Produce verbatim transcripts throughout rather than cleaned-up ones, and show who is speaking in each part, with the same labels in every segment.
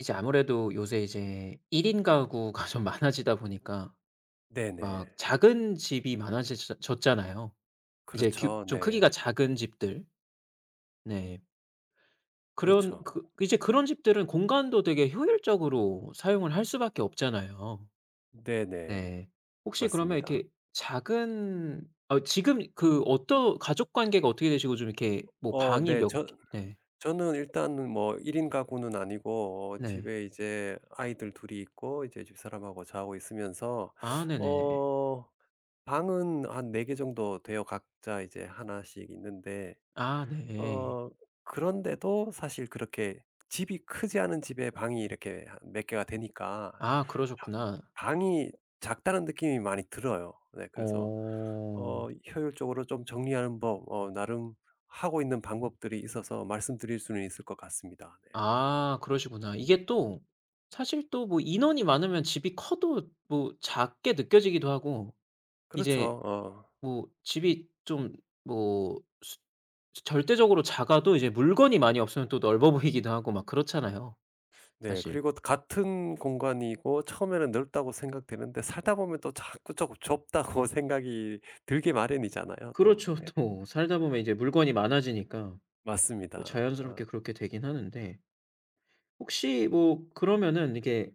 Speaker 1: 이제 아무래도 요새 이제 일 인 가구가 좀 많아지다 보니까 막
Speaker 2: 네네.
Speaker 1: 작은 집이 많아 졌잖아요. 이제 규
Speaker 2: 그렇죠.
Speaker 1: 좀
Speaker 2: 네.
Speaker 1: 크기가 작은 집들. 네. 그런
Speaker 2: 그렇죠.
Speaker 1: 그 이제 그런 집들은 공간도 되게 효율적으로 사용을 할 수밖에 없잖아요.
Speaker 2: 네네.
Speaker 1: 네. 혹시 그러면 이렇게
Speaker 2: 맞습니다.
Speaker 1: 작은 어 지금 그 어떤 가족 관계가 어떻게 되시고 좀 이렇게 뭐
Speaker 2: 어
Speaker 1: 방이
Speaker 2: 네.
Speaker 1: 몇
Speaker 2: 저
Speaker 1: 개. 네.
Speaker 2: 저는 일단뭐일인 가구는 아니고, 어
Speaker 1: 네.
Speaker 2: 집에 이제 아이들 둘이 있고, 이제 집사람하고 저하고 있으면서
Speaker 1: 아 네네.
Speaker 2: 어 방은 한 네 개 정도 돼요. 각자 이제 하나씩 있는데,
Speaker 1: 아 네.
Speaker 2: 어 그런데도 사실 그렇게 집이 크지 않은 집에 방이 이렇게 몇 개가 되니까
Speaker 1: 아
Speaker 2: 방
Speaker 1: 그러셨구나.
Speaker 2: 방이 작다는 느낌이 많이 들어요. 네. 그래서
Speaker 1: 어.
Speaker 2: 어 효율적으로 좀 정리하는 법, 어 나름 하고 있는 방법들이 있어서 말씀드릴 수는 있을 것 같습니다. 네.
Speaker 1: 아 그러시구나. 이게 또 사실 또 뭐 인원이 많으면 집이 커도 뭐 작게 느껴지기도 하고
Speaker 2: 그렇죠.
Speaker 1: 이제
Speaker 2: 어
Speaker 1: 뭐 집이 좀 뭐 절대적으로 작아도 이제 물건이 많이 없으면 또 넓어 보이기도 하고 막 그렇잖아요
Speaker 2: 네.
Speaker 1: 사실.
Speaker 2: 그리고 같은 공간이고, 처음에는 넓다고 생각되는데, 살다 보면 또 자꾸 조금 좁다고 생각이 들게 마련이잖아요, 또.
Speaker 1: 그렇죠.
Speaker 2: 예.
Speaker 1: 또 살다 보면 이제 물건이 많아지니까 또
Speaker 2: 맞습니다. 어.
Speaker 1: 자연스럽게 그렇게 되긴 하는데 혹시 뭐 그러면은 이게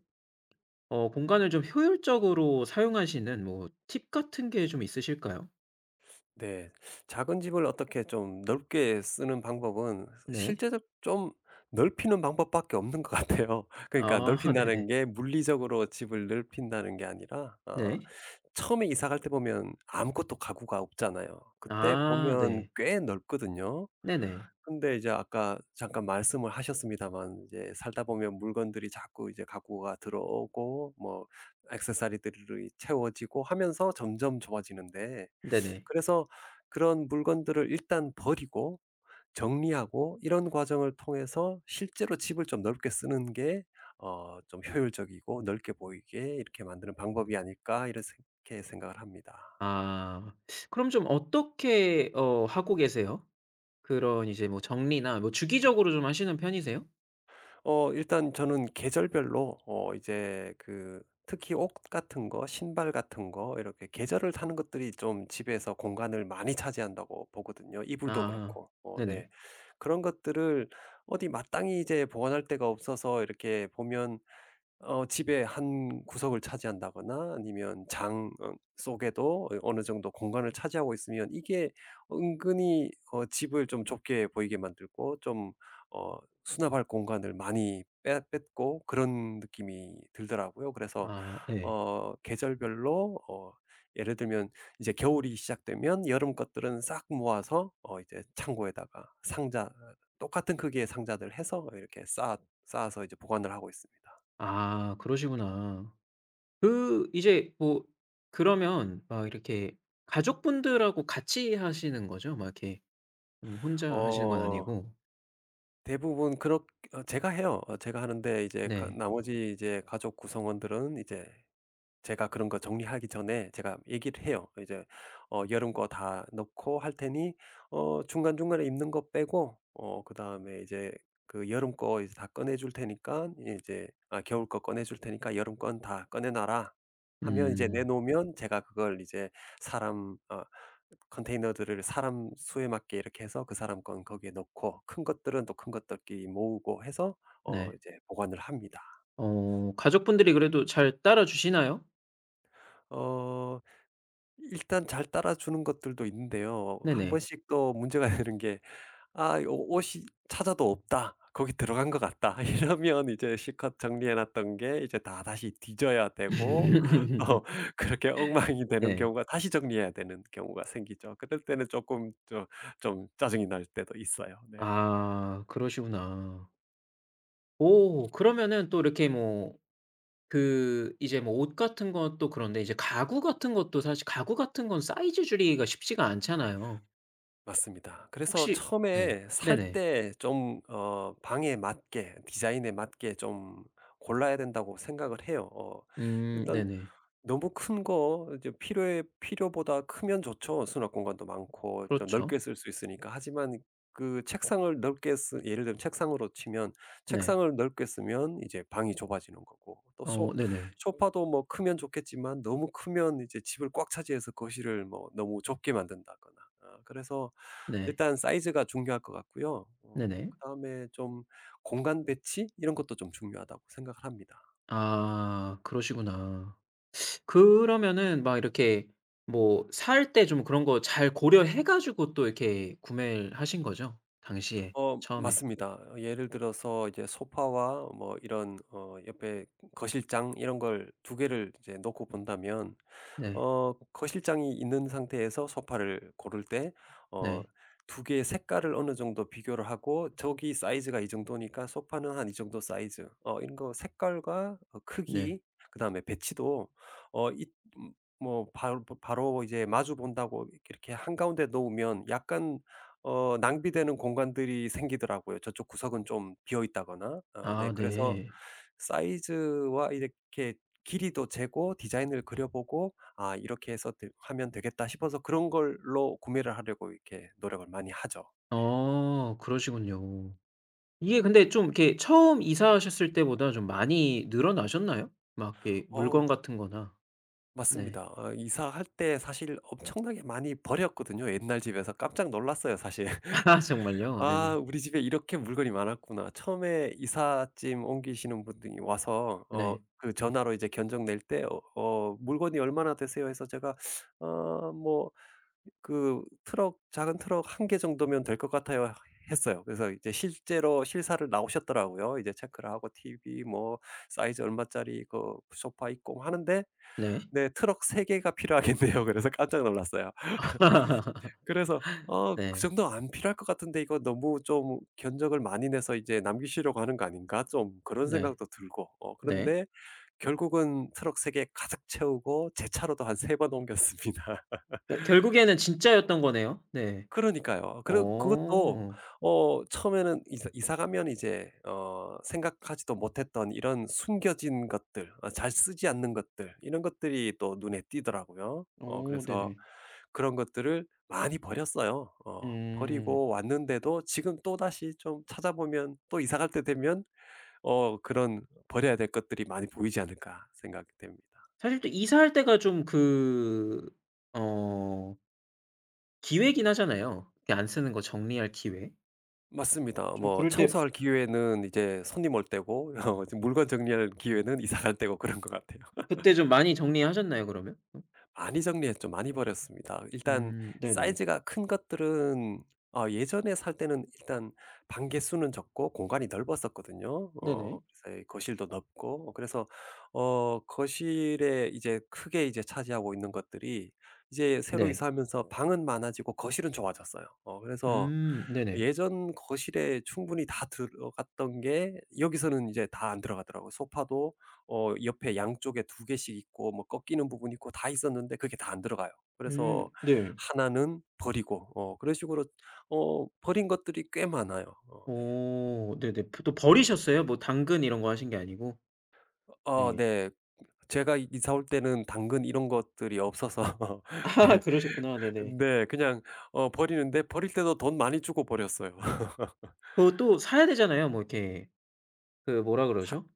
Speaker 1: 어 공간을 좀 효율적으로 사용하시는 뭐 팁 같은 게 좀 있으실까요?
Speaker 2: 네. 작은 집을 어떻게 좀 넓게 쓰는 방법은
Speaker 1: 네.
Speaker 2: 실제적 좀 넓히는 방법밖에 없는 것 같아요. 그러니까
Speaker 1: 아
Speaker 2: 넓힌다는
Speaker 1: 네네.
Speaker 2: 게 물리적으로 집을 넓힌다는 게 아니라, 아
Speaker 1: 네.
Speaker 2: 처음에 이사 갈 때 보면 아무것도 가구가 없잖아요. 그때
Speaker 1: 아
Speaker 2: 보면
Speaker 1: 네.
Speaker 2: 꽤 넓거든요.
Speaker 1: 네네.
Speaker 2: 근데 이제 아까 잠깐 말씀을 하셨습니다만, 이제 살다 보면 물건들이 자꾸 이제 가구가 들어오고 뭐 액세서리들이 채워지고 하면서 점점 좁아지는데,
Speaker 1: 네네.
Speaker 2: 그래서 그런 물건들을 일단 버리고 정리하고, 이런 과정을 통해서 실제로 집을 좀 넓게 쓰는 게 어 좀 효율적이고 넓게 보이게 이렇게 만드는 방법이 아닐까 이렇게 생각을 합니다.
Speaker 1: 아. 그럼 좀 어떻게 어 하고 계세요? 그런 이제 뭐 정리나 뭐 주기적으로 좀 하시는 편이세요?
Speaker 2: 어 일단 저는 계절별로, 어 이제 그 특히 옷 같은 거 신발 같은 거 이렇게 계절을 타는 것들이 좀 집에서 공간을 많이 차지한다고 보거든요. 이불도
Speaker 1: 아.
Speaker 2: 그렇고. 어 네.
Speaker 1: 네네.
Speaker 2: 그런 것들을 어디 마땅히 이제 보관할 데가 없어서 이렇게 보면 어 집의 한 구석을 차지한다거나, 아니면 장 어 속에도 어느 정도 공간을 차지하고 있으면, 이게 은근히 어 집을 좀 좁게 보이게 만들고, 좀 어 수납할 공간을 많이 빼 뺏고, 그런 느낌이 들더라고요. 그래서
Speaker 1: 아 예.
Speaker 2: 어 계절별로, 어 예를 들면, 이제 겨울이 시작되면 여름 것들은 싹 모아서 어 이제 창고에다가, 상자 똑같은 크기의 상자들 해서 이렇게 쌓아 쌓아서 이제 보관을 하고 있습니다.
Speaker 1: 아 그러시구나. 그 이제 뭐 그러면 막 이렇게 가족분들하고 같이 하시는 거죠? 막 이렇게 음 혼자 하시는 건
Speaker 2: 어
Speaker 1: 아니고.
Speaker 2: 대부분 그렇 어 제가 해요. 어 제가 하는데, 이제 가
Speaker 1: 네.
Speaker 2: 나머지 이제 가족 구성원들은, 이제 제가 그런 거 정리하기 전에 제가 얘기를 해요. 이제 어 여름 거 다 넣고 할 테니, 어 중간중간에 입는 거 빼고, 어 그다음에 이제 그 여름 거 이제 다 꺼내 줄 테니까, 이제 아 겨울 거 꺼내 줄 테니까 여름 건 다 꺼내 놔라 하면, 이제
Speaker 1: 음.
Speaker 2: 내놓으면 제가 그걸 이제 사람 어 컨테이너들을 사람 수에 맞게 이렇게 해서, 그 사람 건 거기에 넣고, 큰 것들은 또 큰 것들끼리 모으고 해서 어
Speaker 1: 네.
Speaker 2: 이제 보관을 합니다.
Speaker 1: 어 가족분들이 그래도 잘 따라주시나요?
Speaker 2: 어 일단 잘 따라주는 것들도 있는데요. 한
Speaker 1: 네네.
Speaker 2: 번씩 또 문제가 되는 게, '아, 요 옷이 찾아도 없다. 거기 들어간 것 같다.' 이러면 이제 실컷 정리해 놨던 게 이제 다 다시 뒤져야 되고, 또 그렇게 엉망이 되는
Speaker 1: 네.
Speaker 2: 경우가, 다시 정리해야 되는 경우가 생기죠. 그럴 때는 조금 저 좀 짜증이 날 때도 있어요. 네.
Speaker 1: 아 그러시구나. 오 그러면은 또 이렇게 뭐 그 이제 뭐 옷 같은 것도 그런데 이제 가구 같은 것도 사실 가구 같은 건 사이즈 줄이기가 쉽지가 않잖아요.
Speaker 2: 맞습니다. 그래서
Speaker 1: 혹시 네.
Speaker 2: 처음에 살
Speaker 1: 네네.
Speaker 2: 때 좀 어 방에 맞게, 디자인에 맞게 좀 골라야 된다고 생각을 해요. 어 네.
Speaker 1: 음
Speaker 2: 일단
Speaker 1: 네네.
Speaker 2: 너무 큰 거, 이제 필요에 필요보다 크면 좋죠. 수납 공간도 많고 좀
Speaker 1: 그렇죠.
Speaker 2: 넓게 쓸 수 있으니까. 하지만 그 책상을 넓게 쓰 예를 들면 책상으로 치면,
Speaker 1: 네.
Speaker 2: 책상을 넓게 쓰면 이제 방이 좁아지는 거고, 또 소
Speaker 1: 어 네네.
Speaker 2: 소파도 뭐 크면 좋겠지만, 너무 크면 이제 집을 꽉 차지해서 거실을 뭐 너무 좁게 만든다거나. 아 그래서
Speaker 1: 네.
Speaker 2: 일단 사이즈가 중요할 것 같고요. 어
Speaker 1: 네네.
Speaker 2: 그다음에 좀 공간 배치, 이런 것도 좀 중요하다고 생각을 합니다.
Speaker 1: 아 그러시구나. 그러면은 막 이렇게 뭐 살 때 좀 그런 거 잘 고려해 가지고 또 이렇게 구매를 하신 거죠? 당시에
Speaker 2: 어
Speaker 1: 처음에.
Speaker 2: 맞습니다. 예를 들어서 이제 소파와 뭐 이런, 어 옆에 거실장, 이런 걸 두 개를 이제 놓고 본다면,
Speaker 1: 네.
Speaker 2: 어 거실장이 있는 상태에서 소파를 고를 때, 어
Speaker 1: 네.
Speaker 2: 두 개의 색깔을 어느 정도 비교를 하고, 저기 사이즈가 이 정도니까 소파는 한 이 정도 사이즈, 어 이런 거 색깔과 어 크기,
Speaker 1: 네.
Speaker 2: 그다음에 배치도. 어 이 음 뭐, 바로 바로 이제 마주 본다고 이렇게 한가운데 놓으면 약간 어 낭비되는 공간들이 생기더라고요. 저쪽 구석은 좀 비어 있다거나. 어네.
Speaker 1: 아
Speaker 2: 그래서
Speaker 1: 네.
Speaker 2: 사이즈와 이렇게 길이도 재고, 디자인을 그려 보고 '아, 이렇게 해서 되 하면 되겠다.' 싶어서 그런 걸로 구매를 하려고 이렇게 노력을 많이 하죠. 네.
Speaker 1: 어 그러시군요. 이게 근데 좀 이렇게 처음 이사하셨을 때보다 좀 많이 늘어나셨나요? 막 이렇게
Speaker 2: 어
Speaker 1: 물건 같은 거나. 네.
Speaker 2: 맞습니다. 아 이사할 때 사실 엄청나게 많이 버렸거든요. 옛날 집에서 깜짝 놀랐어요, 사실.
Speaker 1: 아 정말요?
Speaker 2: '아,
Speaker 1: 네네.
Speaker 2: 우리 집에 이렇게 물건이 많았구나.' 처음에 이삿짐 옮기시는 분들이 와서 어
Speaker 1: 네.
Speaker 2: 그 전화로 이제 견적 낼 때, 어 "어, 물건이 얼마나 되세요?" 해서 제가 "어, 뭐, 그 트럭 작은 트럭 한 개 정도면 될 것 같아요" 하 했어요. 그래서 이제 실제로 실사를 나오셨더라고요. 이제 체크를 하고, 티브이 뭐 사이즈 얼마짜리 그 소파 있고 뭐 하는데,
Speaker 1: 네.
Speaker 2: "네, 트럭 세 개가 필요하겠네요." 그래서 깜짝 놀랐어요. 그래서 '어, 그
Speaker 1: 네.
Speaker 2: 정도 안 필요할 것 같은데 이거 너무 좀 견적을 많이 내서 이제 남기시려고 하는 거 아닌가?' 좀 그런
Speaker 1: 네.
Speaker 2: 생각도 들고, 어
Speaker 1: 네.
Speaker 2: 그런데 결국은 트럭 세 개 가득 채우고 제 차로도 한 세 번 옮겼습니다.
Speaker 1: 겨 결국에는 진짜였던 거네요. 네.
Speaker 2: 그러니까요. 그러 그것도
Speaker 1: 어.
Speaker 2: 어 처음에는 이사 이사 가면 이제 어 생각하지도 못했던 이런 숨겨진 것들, 어 잘 쓰지 않는 것들, 이런 것들이 또 눈에 띄더라고요. 어
Speaker 1: 어
Speaker 2: 그래서
Speaker 1: 네네.
Speaker 2: 그런 것들을 많이 버렸어요. 어 버리고
Speaker 1: 음.
Speaker 2: 왔는데도, 지금 또다시 좀 찾아보면 또 이사 갈 때 되면 어 그런, '버려야 될 것들이 많이 보이지 않을까.' 생각이 됩니다.
Speaker 1: 사실 또 이사할 때가 좀 그 어 기회이긴 하잖아요. 이렇게 안 쓰는 거 정리할 기회.
Speaker 2: 맞습니다.
Speaker 1: 좀
Speaker 2: 뭐
Speaker 1: 그럴 때
Speaker 2: 청소할 네, 기회는 이제 손님 올 때고, 어 이제 물건 정리할 기회는 이사 갈 때고, 그런 것 같아요.
Speaker 1: 그때 좀 많이 정리하셨나요 그러면? 어?
Speaker 2: 많이 정리했죠. 많이 버렸습니다. 일단
Speaker 1: 음 네네.
Speaker 2: 사이즈가 큰 것들은, 어, 예전에 살 때는 일단 방 개수는 적고 공간이 넓었었거든요. 어
Speaker 1: 네네.
Speaker 2: 그래서 이 거실도 넓고, 그래서 어 거실에 이제 크게 이제 차지하고 있는 것들이, 이제 새로
Speaker 1: 네.
Speaker 2: 이사하면서 방은 많아지고 거실은 좋아졌어요. 어 그래서
Speaker 1: 음 네네.
Speaker 2: 예전 거실에 충분히 다 들어갔던 게 여기서는 이제 다 안 들어가더라고요. 소파도 어 옆에 양쪽에 두 개씩 있고, 뭐 꺾이는 부분이 있고 다 있었는데, 그게 다 안 들어가요.
Speaker 1: 음
Speaker 2: 그래서
Speaker 1: 네.
Speaker 2: 하나는 버리고, 어 그런 식으로 어 버린 것들이 꽤 많아요. 어 네.
Speaker 1: 어 네네. 또 버리셨어요? 뭐 당근 이런 거 하신 게 아니고?
Speaker 2: 어
Speaker 1: 네.
Speaker 2: 네. 제가 이- 이사 올 때는 당근 이런 것들이 없어서
Speaker 1: 아
Speaker 2: 네.
Speaker 1: 그러셨구나. 네네.
Speaker 2: 네. 그냥 어 버리는데 버릴 때도 돈 많이 주고 버렸어요.
Speaker 1: 그거 또 사야 되잖아요. 뭐 이렇게 그 뭐라
Speaker 2: 사
Speaker 1: 그러죠?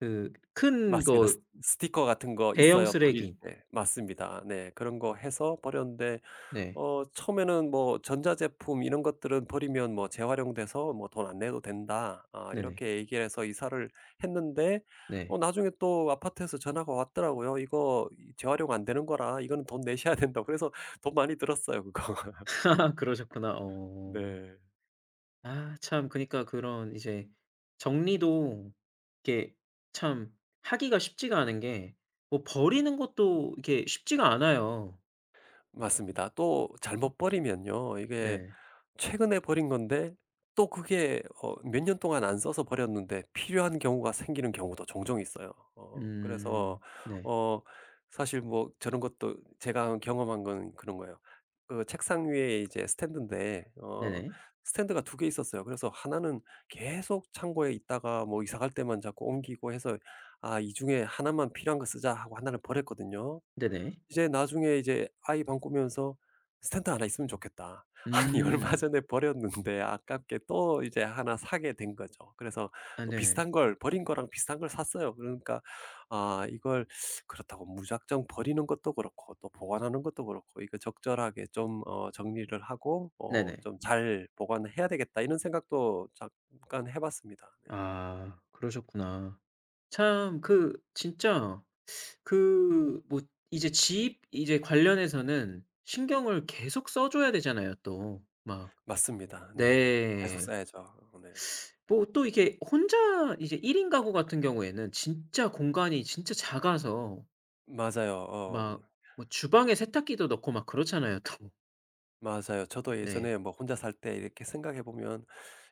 Speaker 1: 그 큰
Speaker 2: 맞습니다. 스
Speaker 1: 거
Speaker 2: 스티커 같은 거
Speaker 1: 대형
Speaker 2: 있어요, 버릴
Speaker 1: 쓰레기.
Speaker 2: 때. 맞습니다. 네. 그런 거 해서 버렸는데,
Speaker 1: 네.
Speaker 2: 어 처음에는 뭐 "전자제품 이런 것들은 버리면 뭐 재활용돼서 뭐 돈 안 내도 된다." 아
Speaker 1: 네네.
Speaker 2: 이렇게 얘기를 해서 이사를 했는데, 어
Speaker 1: 네.
Speaker 2: 나중에 또 아파트에서 전화가 왔더라고요. "이거, 이 재활용 안 되는 거라 이거는 돈 내셔야 된다." 그래서 돈 많이 들었어요, 그거.
Speaker 1: 그러셨구나. 어.
Speaker 2: 네.
Speaker 1: 아 참 그니까 그런 이제 정리도 이게 참 하기가 쉽지가 않은 게 뭐 버리는 것도 이게 쉽지가 않아요.
Speaker 2: 맞습니다. 또 잘못 버리면요, 이게
Speaker 1: 네.
Speaker 2: 최근에 버린 건데 또 그게 어 몇 년 동안 안 써서 버렸는데 필요한 경우가 생기는 경우도 종종 있어요. 어 그래서
Speaker 1: 음. 네.
Speaker 2: 어 사실 뭐 저런 것도 제가 경험한 건 그런 거예요. 그 책상 위에 이제 스탠드인데, 어
Speaker 1: 네네.
Speaker 2: 스탠드가 두 개 있었어요. 그래서 하나는 계속 창고에 있다가, 뭐 이사 갈 때만 자꾸 옮기고 해서, '아, 이 중에 하나만 필요한 거 쓰자.' 하고 하나를 버렸거든요.
Speaker 1: 네네.
Speaker 2: 이제 나중에 이제 아이 방 꾸면서 '스탠드 하나 있으면 좋겠다.' 아니, 얼마
Speaker 1: 음.
Speaker 2: 전에 버렸는데 아깝게 또 이제 하나 사게 된 거죠. 그래서
Speaker 1: 아
Speaker 2: 또
Speaker 1: 네네.
Speaker 2: 비슷한 걸 버린 거랑 비슷한 걸 샀어요. 그러니까, 아 이걸 그렇다고 무작정 버리는 것도 그렇고, 또 보관하는 것도 그렇고, 이거 적절하게 좀 어 정리를 하고, 어
Speaker 1: 네네.
Speaker 2: 좀 '잘 보관해야 되겠다.' 이런 생각도 잠깐 해 봤습니다. 네.
Speaker 1: 아 그러셨구나. 참 그 진짜 그 뭐 이제 집 이제 관련해서는 신경을 계속 써 줘야 되잖아요 또. 막
Speaker 2: 맞습니다. 네네, 계속
Speaker 1: 네.
Speaker 2: 써야죠. 네.
Speaker 1: 뭐 또 이게 혼자 이제 일 인 가구 같은 경우에는 진짜 공간이 진짜 작아서
Speaker 2: 맞아요. 어. 네.
Speaker 1: 막 뭐 주방에 세탁기도 넣고 막 그렇잖아요 또.
Speaker 2: 맞아요. 저도
Speaker 1: 네.
Speaker 2: 예전에 뭐 혼자 살 때 이렇게 생각해 보면,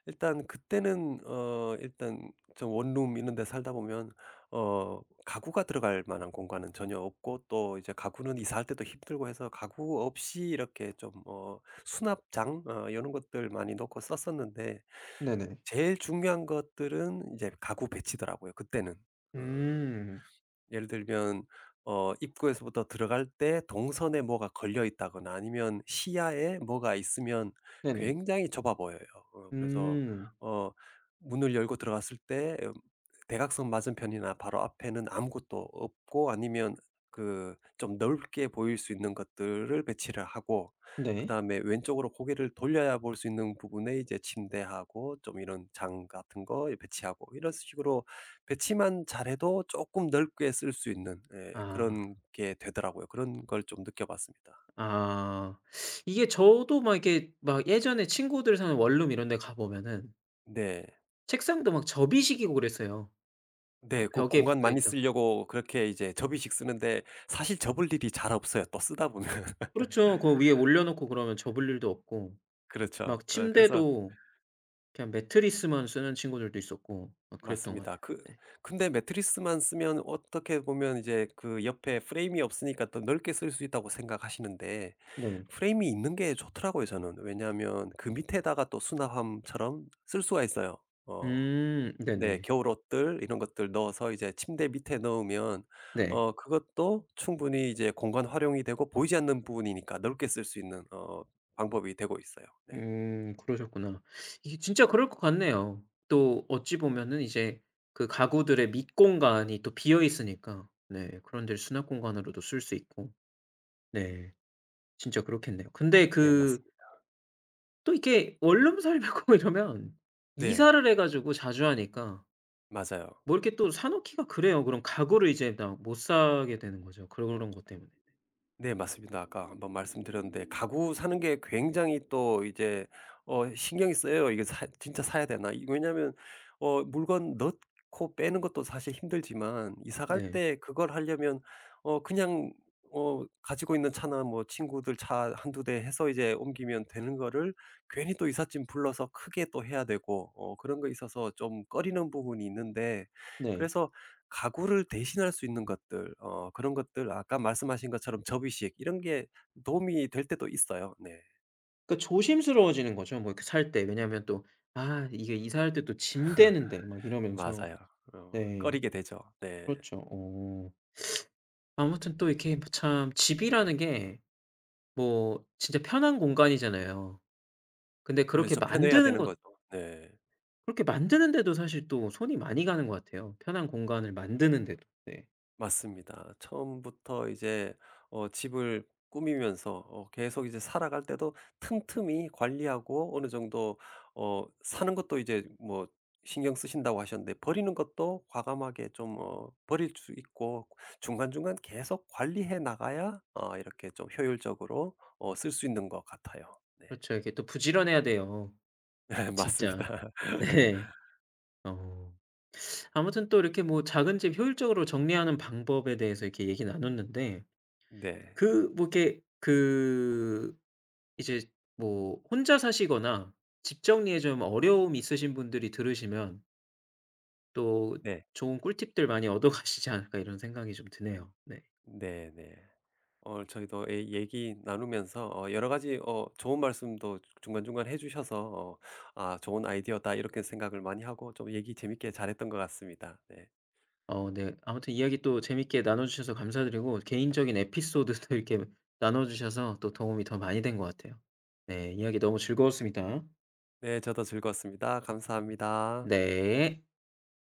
Speaker 2: 일단 그때는 어 일단 좀 원룸 이런 데 살다 보면 어 가구가 들어갈 만한 공간은 전혀 없고, 또 이제 가구는 이사할 때도 힘들고 해서 가구 없이 이렇게 좀, 어 수납장, 어 이런 것들 많이 놓고 썼었는데,
Speaker 1: 네네.
Speaker 2: 제일 중요한 것들은 이제 가구 배치더라고요, 그때는. 어
Speaker 1: 음.
Speaker 2: 예를 들면, 어 입구에서부터 들어갈 때 동선에 뭐가 걸려 있다거나, 아니면 시야에 뭐가 있으면
Speaker 1: 네네.
Speaker 2: 굉장히 좁아 보여요. 어 그래서
Speaker 1: 음.
Speaker 2: 어 문을 열고 들어갔을 때, 음 대각선 맞은편이나 바로 앞에는 아무것도 없고, 아니면 그 좀 넓게 보일 수 있는 것들을 배치를 하고,
Speaker 1: 네.
Speaker 2: 그다음에 왼쪽으로 고개를 돌려야 볼 수 있는 부분에 이제 침대하고 좀 이런 장 같은 거 배치하고, 이런 식으로 배치만 잘해도 조금 넓게 쓸 수 있는, 예,
Speaker 1: 아.
Speaker 2: 그런 게 되더라고요. 그런 걸 좀 느껴봤습니다.
Speaker 1: 아. 이게 저도 막 이렇게 막 예전에 친구들 사는 원룸 이런 데 가 보면은
Speaker 2: 네.
Speaker 1: 책상도 막 접이식이고 그랬어요.
Speaker 2: 네.
Speaker 1: 막
Speaker 2: 그
Speaker 1: 벽에
Speaker 2: 공간
Speaker 1: 붙어
Speaker 2: 많이
Speaker 1: 있다가.
Speaker 2: 쓰려고 그렇게 이제 접이식 쓰는데, 사실 접을 일이 잘 없어요, 또 쓰다 보면.
Speaker 1: 그렇죠. 그 위에 올려 놓고 그러면 접을 일도 없고
Speaker 2: 그렇죠.
Speaker 1: 막
Speaker 2: 어, 그래서
Speaker 1: 침대도 그냥 매트리스만 쓰는 친구들도 있었고 막 그랬던 것
Speaker 2: 맞습니다.
Speaker 1: 같아요.
Speaker 2: 그
Speaker 1: 네.
Speaker 2: 근데 매트리스만 쓰면, 어떻게 보면 이제 그 옆에 프레임이 없으니까 또 넓게 쓸 수 있다고 생각하시는데,
Speaker 1: 네.
Speaker 2: 프레임이 있는 게 좋더라고요, 저는. 왜냐하면 그 밑에다가 또 수납함처럼 쓸 수가 있어요. 어.
Speaker 1: 음
Speaker 2: 네.
Speaker 1: 네네.
Speaker 2: 겨울옷들 이런 것들 넣어서 이제 침대 밑에 넣으면
Speaker 1: 네.
Speaker 2: 어 그것도 충분히 이제 공간 활용이 되고, 보이지 않는 부분이니까 넓게 쓸 수 있는 어 방법이 되고 있어요. 네.
Speaker 1: 음 그러셨구나. 이게 진짜 그럴 것 같네요. 또 어찌 보면은 이제 그 가구들의 밑공간이 또 비어 있으니까 네 그런 데를 수납 공간으로도 쓸 수 있고 네 진짜 그렇겠네요. 근데
Speaker 2: 네,
Speaker 1: 그
Speaker 2: 맞습니다.
Speaker 1: 또 이렇게 원룸 살고 이러면
Speaker 2: 네.
Speaker 1: 이사를 해 가지고 자주 하니까
Speaker 2: 맞아요.
Speaker 1: 뭐 이렇게 또 사 놓기가 그래요. 그럼 가구를 이제 다 못 사게 되는 거죠 그런 것 때문에.
Speaker 2: 네, 맞습니다. 아까 한번 말씀드렸는데, 가구 사는 게 굉장히 또 이제 어 신경이 써요, 이게, 사 '진짜 사야 되나?' 이 왜냐하면 어 물건 넣고 빼는 것도 사실 힘들지만, 이사 갈
Speaker 1: 네.
Speaker 2: 때 그걸 하려면 어 그냥 어 가지고 있는 차나 뭐 친구들 차 한두 대 해서 이제 옮기면 되는 거를, 괜히 또 이삿짐 불러서 크게 또 해야 되고, 어 그런 거 있어서 좀 꺼리는 부분이 있는데,
Speaker 1: 네.
Speaker 2: 그래서 가구를 대신할 수 있는 것들, 어 그런 것들, 아까 말씀하신 것처럼 접이식 이런 게 도움이 될 때도 있어요. 네.
Speaker 1: 그러니까 조심스러워지는 거죠. 뭐 이렇게 살 때. 왜냐하면 또 '아 이게 이사할 때 또 짐 되는데.' 막 이러면서.
Speaker 2: 맞아요. 어
Speaker 1: 네.
Speaker 2: 꺼리게 되죠. 네.
Speaker 1: 그렇죠. 어. 아무튼 또 이렇게 뭐 참 집이라는 게 뭐 진짜 편한 공간이잖아요. 근데 그렇게
Speaker 2: 그래서 편해야
Speaker 1: 만드는
Speaker 2: 되는
Speaker 1: 것
Speaker 2: 거죠. 네.
Speaker 1: 그렇게 만드는데도 사실 또 손이 많이 가는 것 같아요, 편한 공간을 만드는데도. 네.
Speaker 2: 맞습니다. 처음부터 이제 어 집을 꾸미면서, 어 계속 이제 살아갈 때도 틈틈이 관리하고, 어느 정도 어 사는 것도 이제 뭐 신경 쓰신다고 하셨는데, 버리는 것도 과감하게 좀 어 버릴 수 있고, 중간중간 계속 관리해 나가야 어 이렇게 좀 효율적으로 어 쓸 수 있는 것 같아요. 네.
Speaker 1: 그렇죠. 이게 또 부지런해야 돼요, 진짜.
Speaker 2: 맞습니다.
Speaker 1: 네. 어. 아무튼 또 이렇게 뭐 작은 집 효율적으로 정리하는 방법에 대해서 이렇게 얘기 나눴는데
Speaker 2: 네.
Speaker 1: 그 뭐 이렇게 그 이제 뭐 혼자 사시거나 집 정리에 좀 어려움이 있으신 분들이 들으시면 또
Speaker 2: 네.
Speaker 1: 좋은 꿀팁들 많이 얻어 가시지 않을까 이런 생각이 좀 드네요. 네.
Speaker 2: 네네. 오늘 저희도, 예, 얘기 나누면서 어 여러 가지 어 좋은 말씀도 중간중간 해 주셔서 어 '아, 좋은 아이디어다.' 이렇게 생각을 많이 하고 좀 얘기 재밌게 잘했던 것 같습니다. 네.
Speaker 1: 어 네. 아무튼 이야기 또 재밌게 나눠 주셔서 감사드리고 개인적인 에피소드도 이렇게 나눠 주셔서 또 도움이 더 많이 된 것 같아요. 네. 이야기 너무 즐거웠습니다.
Speaker 2: 네, 저도 즐거웠습니다. 감사합니다.
Speaker 1: 네.